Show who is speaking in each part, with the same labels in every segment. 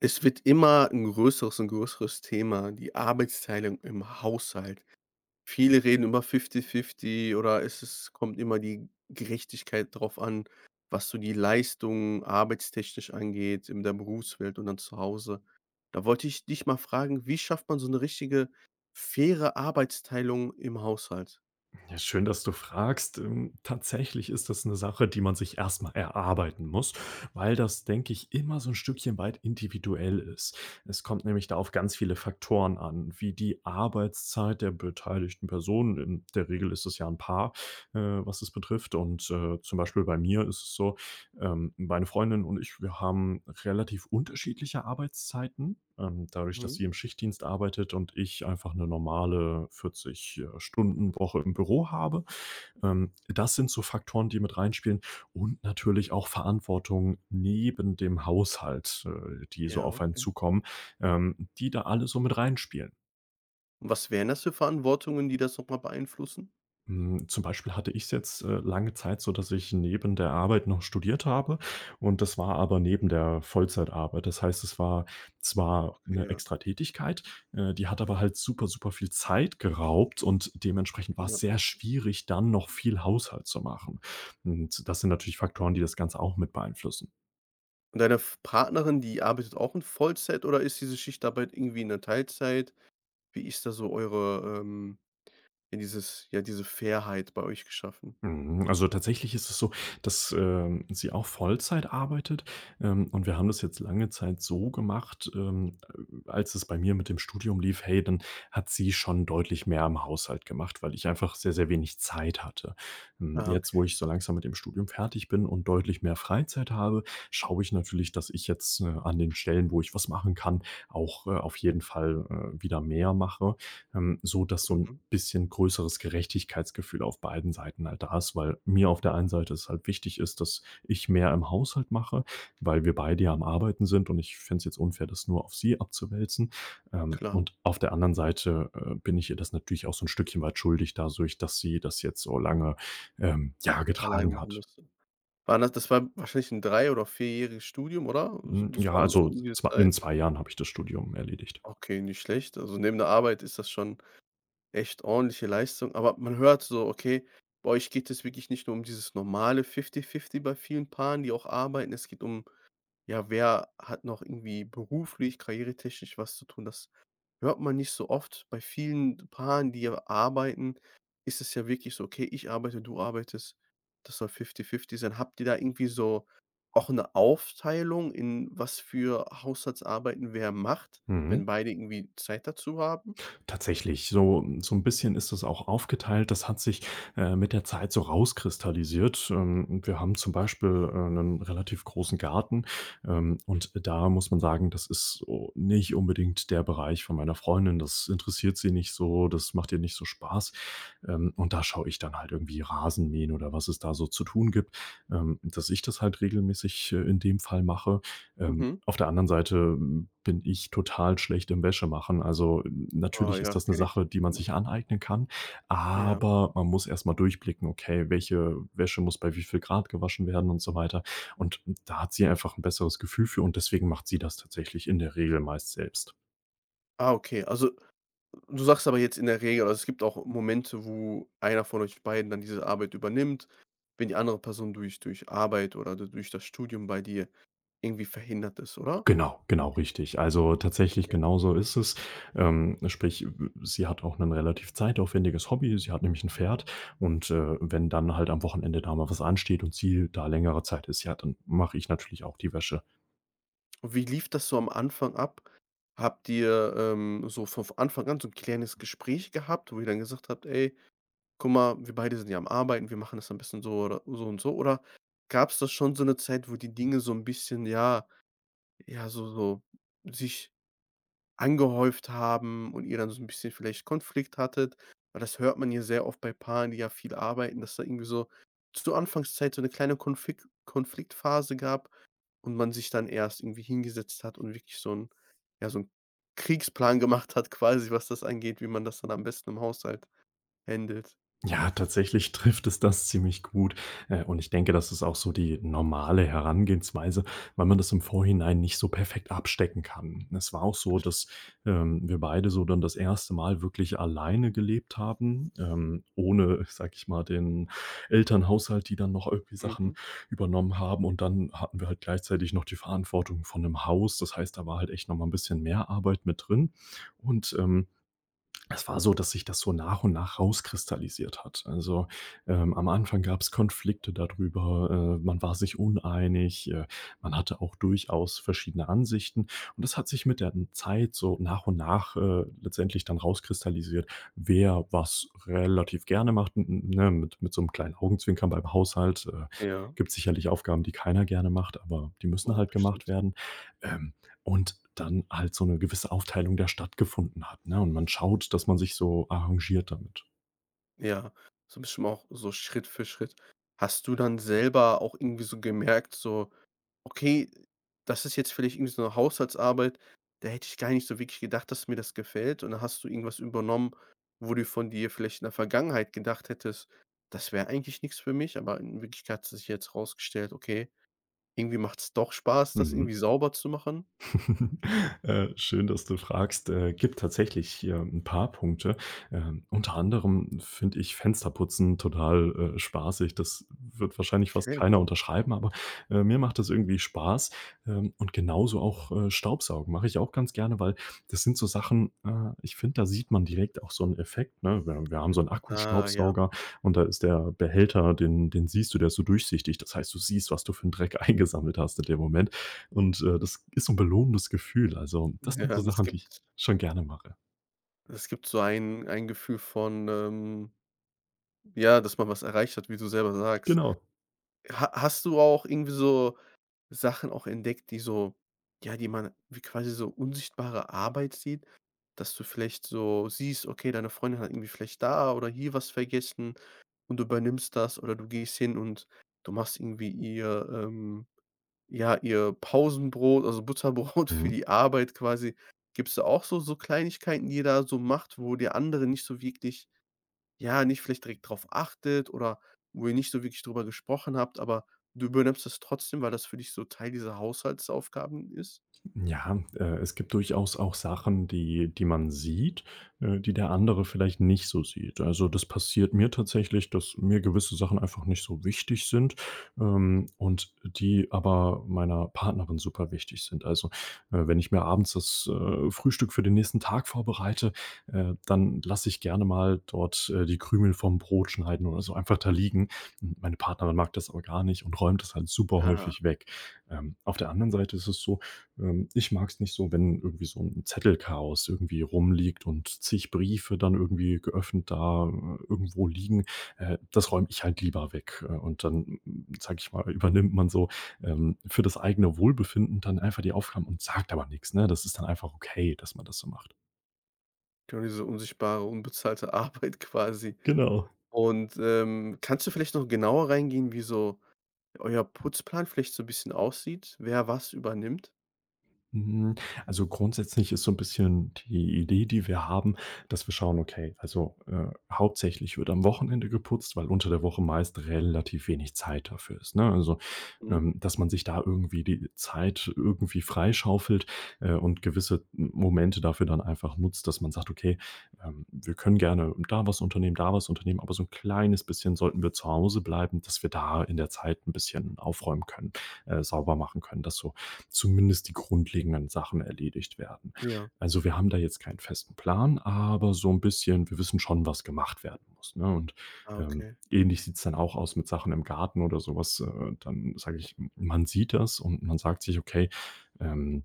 Speaker 1: Es wird immer ein größeres und größeres Thema, die Arbeitsteilung im Haushalt. Viele reden über Fifty-fifty oder es ist kommt immer die Gerechtigkeit drauf an, was so die Leistung arbeitstechnisch angeht in der Berufswelt und dann zu Hause. Da wollte ich dich mal fragen, wie schafft man so eine richtige faire Arbeitsteilung im Haushalt?
Speaker 2: Ja, schön, dass du fragst. Tatsächlich ist das eine Sache, die man sich erst mal erarbeiten muss, weil das, denke ich, immer so ein Stückchen weit individuell ist. Es kommt nämlich da auf ganz viele Faktoren an, wie die Arbeitszeit der beteiligten Personen. In der Regel ist es ja ein Paar, was es betrifft, und zum Beispiel bei mir ist es so: meine Freundin und ich, wir haben relativ unterschiedliche Arbeitszeiten. Dadurch, dass
Speaker 1: Mhm.
Speaker 2: sie im Schichtdienst arbeitet und ich einfach eine normale 40 Stunden-Woche im Büro habe. Das sind so Faktoren, die mit reinspielen, und natürlich auch Verantwortung neben dem Haushalt, die so
Speaker 1: Ja,
Speaker 2: auf einen
Speaker 1: okay.
Speaker 2: zukommen, die da alle so mit reinspielen.
Speaker 1: Und was wären das für Verantwortungen, die das noch mal beeinflussen?
Speaker 2: Zum Beispiel hatte ich's jetzt lange Zeit so, dass ich neben der Arbeit noch studiert habe, und das war aber neben der Vollzeitarbeit. Das heißt, es war zwar
Speaker 1: Okay,
Speaker 2: 'ne
Speaker 1: ja,
Speaker 2: Extratätigkeit, die hat aber halt super, super viel Zeit geraubt, und dementsprechend war es
Speaker 1: ja.
Speaker 2: sehr schwierig, dann noch viel Haushalt zu machen. Und das sind natürlich Faktoren, die das Ganze auch mit beeinflussen.
Speaker 1: Und deine F Partnerin, die arbeitet auch in Vollzeit oder ist diese Schichtarbeit irgendwie in der Teilzeit? Wie ist da so eure, ja, diese Fairheit bei euch geschaffen?
Speaker 2: Mhm, also tatsächlich ist es so, dass sie auch Vollzeit arbeitet, und wir haben das jetzt lange Zeit so gemacht. Als es bei mir mit dem Studium lief, hey, dann hat sie schon deutlich mehr im Haushalt gemacht, weil ich einfach sehr, sehr wenig Zeit hatte.
Speaker 1: Ah,
Speaker 2: Jetzt, wo
Speaker 1: okay.
Speaker 2: ich so langsam mit dem Studium fertig bin und deutlich mehr Freizeit habe, schaue ich natürlich, dass ich jetzt an den Stellen, wo ich was machen kann, auch auf jeden Fall wieder mehr mache, so dass so ein
Speaker 1: Mhm.
Speaker 2: bisschen größeres Gerechtigkeitsgefühl auf beiden Seiten halt da ist, weil mir auf der einen Seite es halt wichtig ist, dass ich mehr im Haushalt mache, weil wir beide ja am Arbeiten sind und ich fände es jetzt unfair, das nur auf sie abzuwälzen.
Speaker 1: Klar,
Speaker 2: Und auf der anderen Seite bin ich ihr das natürlich auch so ein Stückchen weit schuldig dadurch, dass sie das jetzt so lange ja,
Speaker 1: allein
Speaker 2: getragen
Speaker 1: machen
Speaker 2: hat.
Speaker 1: musste. War das das war wahrscheinlich ein drei- oder vierjähriges Studium, oder? So das
Speaker 2: Ja,
Speaker 1: war so
Speaker 2: also,
Speaker 1: um diese
Speaker 2: zwei in
Speaker 1: Zeit?
Speaker 2: 2 Jahren habe ich das Studium erledigt.
Speaker 1: Okay, nicht schlecht. Also, neben der Arbeit ist das schon echt ordentliche Leistung, aber man hört so, okay, bei euch geht es wirklich nicht nur um dieses normale Fifty-Fifty bei vielen Paaren, die auch arbeiten. Es geht um: Ja, wer hat noch irgendwie beruflich, karrieretechnisch was zu tun? Das hört man nicht so oft. Bei vielen Paaren, die ja arbeiten, ist es ja wirklich so: „Okay, ich arbeite, du arbeitest. Das soll fifty-fifty sein.“ Habt ihr da irgendwie so auch eine Aufteilung, in was für Haushaltsarbeiten wer macht,
Speaker 2: Mhm.
Speaker 1: wenn beide irgendwie Zeit dazu haben?
Speaker 2: Tatsächlich, so ein bisschen ist das auch aufgeteilt. Das hat sich mit der Zeit so rauskristallisiert. Wir haben zum Beispiel 'nen relativ großen Garten. Und da muss man sagen, das ist so nicht unbedingt der Bereich von meiner Freundin. Das interessiert sie nicht so, das macht ihr nicht so Spaß. Und da schaue ich dann halt irgendwie Rasenmähen oder was es da so zu tun gibt dass ich das halt regelmäßig in dem Fall mache.
Speaker 1: Mhm.
Speaker 2: Auf der anderen Seite bin ich total schlecht im Wäschemachen. Also,
Speaker 1: Ah
Speaker 2: natürlich ist
Speaker 1: ja,
Speaker 2: das eine
Speaker 1: kenne ich.
Speaker 2: Sache, die man
Speaker 1: Ja.
Speaker 2: sich aneignen kann,
Speaker 1: Ja.
Speaker 2: aber man muss erst mal durchblicken: „Okay, welche Wäsche muss bei wie viel Grad gewaschen werden“ und so weiter. Und da hat sie einfach ein besseres Gefühl für, und deswegen macht sie das tatsächlich in der Regel meist selbst.
Speaker 1: Ah, okay, also: Du sagst aber jetzt in der Regel, also es gibt auch Momente, wo einer von euch beiden dann diese Arbeit übernimmt, wenn die andere Person durch Arbeit oder du durch das Studium bei dir irgendwie verhindert ist, oder?
Speaker 2: Genau, genau, richtig. Also, tatsächlich
Speaker 1: Ja.
Speaker 2: genau so ist es. Sprich, sie hat auch ein relativ zeitaufwendiges Hobby. Sie hat nämlich ein Pferd und wenn dann halt am Wochenende da mal was ansteht und sie da längere Zeit ist, ja, dann mache ich natürlich auch die Wäsche.
Speaker 1: Und wie lief das so am Anfang ab? Habt ihr, so von Anfang an so ein kleines Gespräch gehabt, wo ihr dann gesagt habt: „Ey, guck mal, wir beide sind ja am Arbeiten, wir machen das am besten so oder so und so“, oder gab es das schon so eine Zeit, wo die Dinge so ein bisschen, ja, so so sich angehäuft haben und ihr dann so ein bisschen vielleicht Konflikt hattet? Weil das hört man ja sehr oft bei Paaren, die ja viel arbeiten, dass da irgendwie so zur Anfangszeit so eine kleine Konfliktphase gab und man sich dann erst irgendwie hingesetzt hat und wirklich so ein ja, so ein Kriegsplan gemacht hat quasi, was das angeht, wie man das dann am besten im Haushalt händelt.
Speaker 2: Ja, tatsächlich trifft es das ziemlich gut. Und ich denke, das ist auch so die normale Herangehensweise, weil man das im Vorhinein nicht so perfekt abstecken kann. Es war auch so,
Speaker 1: Das
Speaker 2: dass wir beide so dann das erste Mal wirklich alleine gelebt haben ohne, sag ich mal, den Elternhaushalt, die dann noch irgendwie
Speaker 1: mhm,
Speaker 2: Sachen übernommen haben. Und dann hatten wir halt gleichzeitig noch die Verantwortung von einem Haus. Das heißt, da war halt echt nochmal ein bisschen mehr Arbeit mit drin. Und es war so, dass sich das so nach und nach rauskristallisiert hat. Also am Anfang gab es Konflikte darüber, man war sich uneinig, man hatte auch durchaus verschiedene Ansichten, und das hat sich mit der Zeit so nach und nach letztendlich dann rauskristallisiert, wer was relativ gerne macht, mit so einem kleinen Augenzwinkern beim Haushalt.
Speaker 1: ja,
Speaker 2: Gibt sicherlich Aufgaben, die keiner gerne macht, aber die müssen
Speaker 1: boah,
Speaker 2: halt gemacht
Speaker 1: bestimmt.
Speaker 2: werden. Ähm, und dann halt so 'ne gewisse Aufteilung der Stadt gefunden hat, ne? Und man schaut, dass man sich so arrangiert damit.
Speaker 1: Ja, so bestimmt auch so Schritt für Schritt. Hast du dann selber auch irgendwie so gemerkt, so: Okay, das ist jetzt vielleicht irgendwie so 'ne Haushaltsarbeit, da hätte ich gar nicht so wirklich gedacht, dass mir das gefällt, und dann hast du irgendwas übernommen, wo du von dir vielleicht in der Vergangenheit gedacht hättest: „Das wäre eigentlich nix für mich“, aber in Wirklichkeit hat sich jetzt rausgestellt: „Okay, irgendwie macht's doch Spaß, das
Speaker 2: Mhm.
Speaker 1: irgendwie sauber zu machen.“
Speaker 2: Schön, dass du fragst. Gibt tatsächlich hier ein paar Punkte. Unter anderem finde ich Fensterputzen total spaßig. Das wird wahrscheinlich fast
Speaker 1: Okay,
Speaker 2: keiner
Speaker 1: wow.
Speaker 2: unterschreiben, aber mir macht das irgendwie Spaß. Und genauso auch Staubsaugen mache ich auch ganz gerne, weil das sind so Sachen ich finde, da sieht man direkt auch so einen Effekt, ne? Wir haben so 'n
Speaker 1: Ah, ja.
Speaker 2: Akkustaubsauger, und da ist der Behälter, den siehst du, der ist so durchsichtig. Das heißt, du siehst, was du für 'n Dreck eingesammelt hast in dem Moment. Und das ist so 'n belohnendes Gefühl. Also, das sind
Speaker 1: Ja,
Speaker 2: so
Speaker 1: das
Speaker 2: Sachen, die ich
Speaker 1: gibt
Speaker 2: schon gerne mache.
Speaker 1: das gibt so ein Gefühl von, ja, dass man was erreicht hat, wie du selber sagst.
Speaker 2: Genau.
Speaker 1: Ha Hast du auch irgendwie so Sachen auch entdeckt, die so ja, die man wie quasi so unsichtbare Arbeit sieht, dass du vielleicht so siehst, okay, deine Freundin hat irgendwie vielleicht da oder hier was vergessen und du übernimmst das oder du gehst hin und du machst irgendwie ihr, ja, ihr Pausenbrot, also Butterbrot für
Speaker 2: Mhm.
Speaker 1: die Arbeit quasi. Gibt's da auch Kleinigkeiten, die ihr da so macht, wo der andere nicht so wirklich ja, nicht vielleicht direkt drauf achtet, oder wo ihr nicht so wirklich drüber gesprochen habt, aber du übernimmst das trotzdem, weil das für dich so Teil dieser Haushaltsaufgaben ist?
Speaker 2: Ja, es gibt durchaus auch Sachen, die man sieht, die der andere vielleicht nicht so sieht. Also, das passiert mir tatsächlich, dass mir gewisse Sachen einfach nicht so wichtig sind und die aber meiner Partnerin super wichtig sind. Also wenn ich mir abends das Frühstück für den nächsten Tag vorbereite dann lasse ich gerne mal dort die Krümel vom Brot schneiden oder so einfach da liegen. Meine Partnerin mag das aber gar nicht und räumt das halt super
Speaker 1: Ah,
Speaker 2: häufig weg. Auf der anderen Seite ist es so, ich mag es nicht so, wenn irgendwie so ein Zettelchaos irgendwie rumliegt und zig Briefe dann irgendwie geöffnet da irgendwo liegen. Das räume ich halt lieber weg und dann, sage ich mal, übernimmt man so für das eigene Wohlbefinden dann einfach die Aufgaben und sagt aber nichts, ne? Das ist dann einfach okay, dass man das so macht.
Speaker 1: genau diese unsichtbare, unbezahlte Arbeit quasi.
Speaker 2: Genau.
Speaker 1: Und, kannst du vielleicht noch genauer reingehen, wie so euer Putzplan vielleicht so ein bisschen aussieht? Wer was übernimmt?
Speaker 2: Mhm. Also, grundsätzlich ist so ein bisschen die Idee, die wir haben, dass wir schauen, okay, also hauptsächlich wird am Wochenende geputzt, weil unter der Woche meist relativ wenig Zeit dafür ist, ne? Also
Speaker 1: Mhm.
Speaker 2: dass man sich da irgendwie die Zeit irgendwie freischaufelt und gewisse Momente dafür dann einfach nutzt, dass man sagt: „Okay, wir können gerne da was unternehmen, aber so ein kleines bisschen sollten wir zu Hause bleiben, dass wir da in der Zeit ein bisschen aufräumen können sauber machen können.“ Dass so zumindest die grundlegenden Sachen erledigt werden.
Speaker 1: Ja.
Speaker 2: Also, wir haben da jetzt keinen festen Plan, aber so ein bisschen wir wissen schon, was gemacht werden muss, ne? Und
Speaker 1: Ah, okay.
Speaker 2: ähnlich sieht es dann auch aus mit Sachen im Garten oder sowas. Dann sage ich, man sieht das und man sagt sich: „Okay, ähm,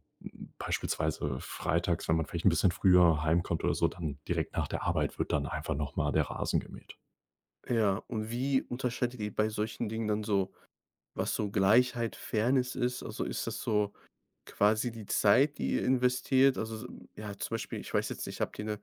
Speaker 2: beispielsweise freitags, wenn man vielleicht ein bisschen früher heimkommt oder so, dann direkt nach der Arbeit wird dann einfach noch mal der Rasen gemäht.“
Speaker 1: Ja, und wie unterscheidet ihr bei solchen Dingen dann so, was so Gleichheit, Fairness ist? Also, ist das so quasi die Zeit, die ihr investiert, also so ja, zum Beispiel, ich weiß jetzt nicht, habt ihr eine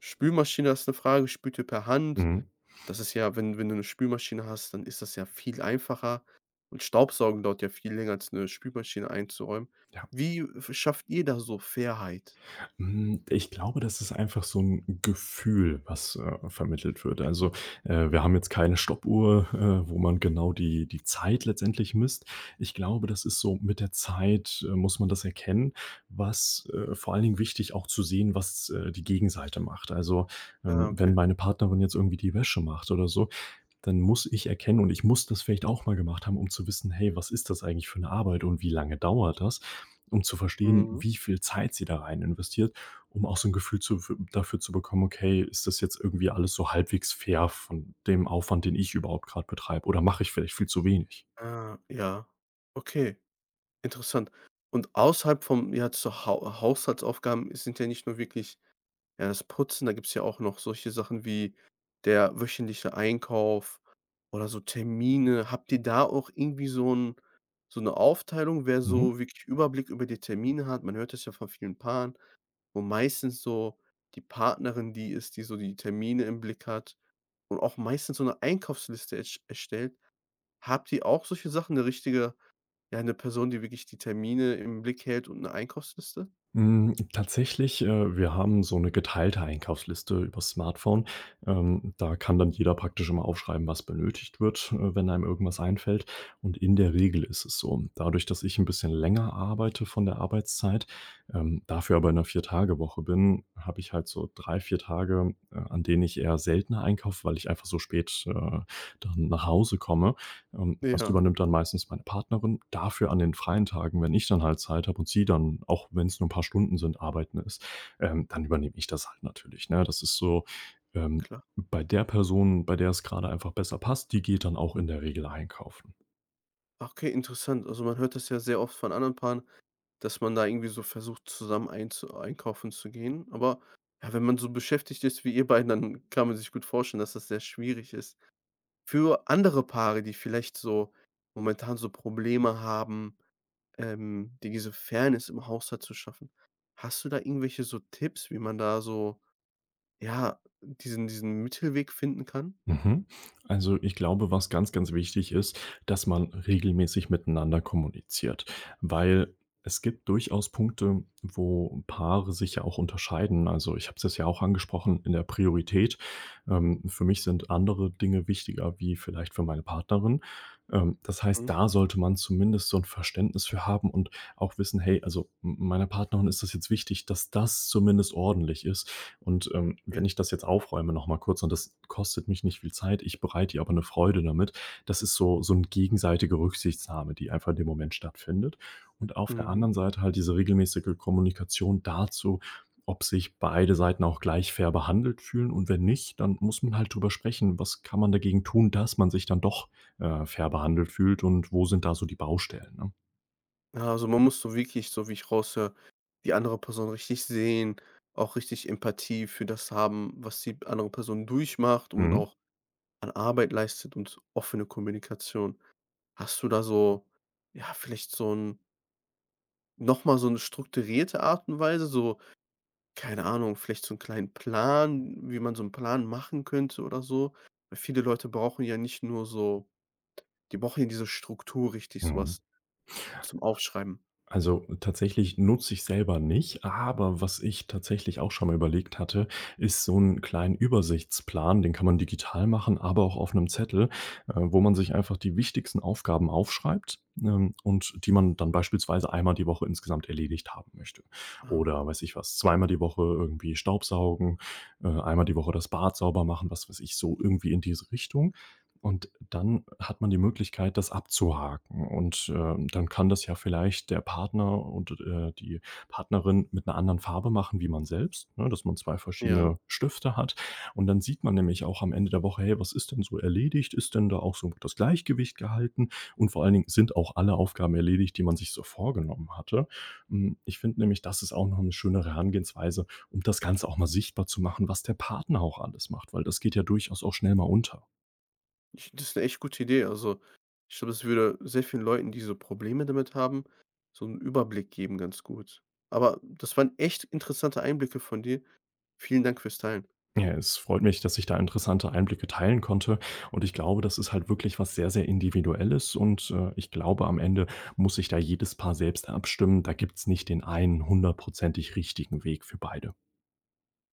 Speaker 1: Spülmaschine? Das ist eine Frage, spült ihr per Hand?
Speaker 2: Mhm,
Speaker 1: Das ist ja, wenn du 'ne Spülmaschine hast, dann ist das ja viel einfacher, und Staubsaugen dauert ja viel länger als eine Spülmaschine einzuräumen.
Speaker 2: ja.
Speaker 1: Wie f schafft ihr da so Fairheit?
Speaker 2: Ich glaube, das ist einfach so ein Gefühl, was vermittelt wird.
Speaker 1: Okay.
Speaker 2: Also wir haben jetzt keine Stoppuhr wo man genau die Zeit letztendlich misst. Ich glaube, das ist so mit der Zeit muss man das erkennen, was vor allen Dingen wichtig auch zu sehen, was die Gegenseite macht. Also
Speaker 1: Ah,
Speaker 2: wenn
Speaker 1: okay.
Speaker 2: meine Partnerin jetzt irgendwie die Wäsche macht oder so, dann muss ich erkennen, und ich muss das vielleicht auch mal gemacht haben, um zu wissen: „Hey, was ist das eigentlich für eine Arbeit und wie lange dauert das?“ Um zu verstehen,
Speaker 1: Mhm.
Speaker 2: wie viel Zeit sie da rein investiert, um auch so ein Gefühl zu dafür zu bekommen: „Okay, ist das jetzt irgendwie alles so halbwegs fair von dem Aufwand, den ich überhaupt gerade betreibe, oder mache ich vielleicht viel zu wenig?“
Speaker 1: Ah, ja. Okay, interessant. Und außerhalb vom ja, zu Hau Haushaltsaufgaben sind ja nicht nur wirklich ja, das Putzen, da gibt's ja auch noch solche Sachen wie der wöchentliche Einkauf oder so Termine. Habt ihr da auch irgendwie so 'n so eine Aufteilung, wer
Speaker 2: Mhm.
Speaker 1: so wirklich Überblick über die Termine hat? Man hört das ja von vielen Paaren, wo meistens so die Partnerin die ist, die so die Termine im Blick hat und auch meistens so eine Einkaufsliste ersch erstellt. Habt ihr auch solche Sachen, eine richtige ja, eine Person, die wirklich die Termine im Blick hält und eine Einkaufsliste?
Speaker 2: Tatsächlich wir haben so eine geteilte Einkaufsliste übers Smartphone. Da kann dann jeder praktisch immer aufschreiben, was benötigt wird wenn einem irgendwas einfällt. Und in der Regel ist es so, dadurch, dass ich ein bisschen länger arbeite von der Arbeitszeit dafür aber in einer 4-Tage-Woche bin, habe ich halt so 3, 4 Tage an denen ich eher seltener einkaufe, weil ich einfach so spät dann nach Hause komme. Das
Speaker 1: Ja,
Speaker 2: übernimmt dann meistens meine Partnerin. Dafür an den freien Tagen, wenn ich dann halt Zeit habe und sie dann, auch wenn es nur ein paar Stunden sind, arbeiten ist dann übernehme ich das halt natürlich, ne? Das ist so, ähm,
Speaker 1: klar.
Speaker 2: bei der Person, bei der es gerade einfach besser passt, die geht dann auch in der Regel einkaufen.
Speaker 1: Okay, interessant. Also, man hört das ja sehr oft von anderen Paaren, dass man da irgendwie so versucht, zusammen einzu einkaufen zu gehen. Aber ja, wenn man so beschäftigt ist wie ihr beiden, dann kann man sich gut vorstellen, dass das sehr schwierig ist. Für andere Paare, die vielleicht so momentan so Probleme haben, die diese Fairness im Haushalt zu schaffen, hast du da irgendwelche so Tipps, wie man da so, ja, diesen Mittelweg finden kann?
Speaker 2: Mhm. Also ich glaube, was ganz, ganz wichtig ist, dass man regelmäßig miteinander kommuniziert, weil es gibt durchaus Punkte, wo Paare sich ja auch unterscheiden. Also ich habe es jetzt ja auch angesprochen in der Priorität. Für mich sind andere Dinge wichtiger wie vielleicht für meine Partnerin. Das heißt,
Speaker 1: Mhm.
Speaker 2: da sollte man zumindest so ein Verständnis für haben und auch wissen, hey, also meiner Partnerin ist das jetzt wichtig, dass das zumindest ordentlich ist, und
Speaker 1: Ja.
Speaker 2: wenn ich das jetzt aufräume noch mal kurz und das kostet mich nicht viel Zeit, ich bereite ihr aber eine Freude damit, das ist so 'n gegenseitige Rücksichtnahme, die einfach in dem Moment stattfindet. Und auf der
Speaker 1: Mhm.
Speaker 2: anderen Seite halt diese regelmäßige Kommunikation dazu, ob sich beide Seiten auch gleich fair behandelt fühlen, und wenn nicht, dann muss man halt drüber sprechen, was kann man dagegen tun, dass man sich dann doch fair behandelt fühlt und wo sind da so die Baustellen, ne?
Speaker 1: Ja, also man muss so wirklich, so wie ich raushöre, die andere Person richtig sehen, auch richtig Empathie für das haben, was die andere Person durchmacht und
Speaker 2: Mhm.
Speaker 1: auch an Arbeit leistet, und offene Kommunikation. Hast du da so, ja, vielleicht so ein noch mal so eine strukturierte Art und Weise, so, keine Ahnung, vielleicht so einen kleinen Plan, wie man so einen Plan machen könnte oder so? Weil viele Leute brauchen ja nicht nur so die brauchen ja diese Struktur richtig,
Speaker 2: Mhm.
Speaker 1: sowas zum Aufschreiben.
Speaker 2: Also, tatsächlich nutze ich selber nicht, aber was ich tatsächlich auch schon mal überlegt hatte, ist so 'n kleinen Übersichtsplan, den kann man digital machen, aber auch auf einem Zettel wo man sich einfach die wichtigsten Aufgaben aufschreibt und die man dann beispielsweise einmal die Woche insgesamt erledigt haben möchte.
Speaker 1: Ah,
Speaker 2: Oder
Speaker 1: okay.
Speaker 2: weiß ich was, zweimal die Woche irgendwie staubsaugen einmal die Woche das Bad sauber machen, was weiß ich, so irgendwie in diese Richtung. Und dann hat man die Möglichkeit, das abzuhaken. Und dann kann das ja vielleicht der Partner und die Partnerin mit einer anderen Farbe machen wie man selbst, ne, dass man 2
Speaker 1: Ja.
Speaker 2: verschiedene Stifte hat. Und dann sieht man nämlich auch am Ende der Woche: „Hey, was ist denn so erledigt? Ist denn da auch so das Gleichgewicht gehalten?“ Und vor allen Dingen sind auch alle Aufgaben erledigt, die man sich so vorgenommen hatte. Ich finde nämlich, das ist auch noch eine schöne Herangehensweise, um das Ganze auch mal sichtbar zu machen, was der Partner auch alles macht, weil das geht ja durchaus auch schnell mal unter.
Speaker 1: Ich, das ist eine echt gute Idee. Also, ich glaube, es würde sehr vielen Leuten, die so Probleme damit haben, so einen Überblick geben, ganz gut. Aber das waren echt interessante Einblicke von dir. Vielen Dank fürs Teilen.
Speaker 2: Ja, es freut mich, dass ich da interessante Einblicke teilen konnte. Und ich glaube, das ist halt wirklich was sehr, sehr Individuelles. Und ich glaube, am Ende muss sich da jedes Paar selbst abstimmen. Da gibt's nicht den einen hundertprozentig richtigen Weg für beide.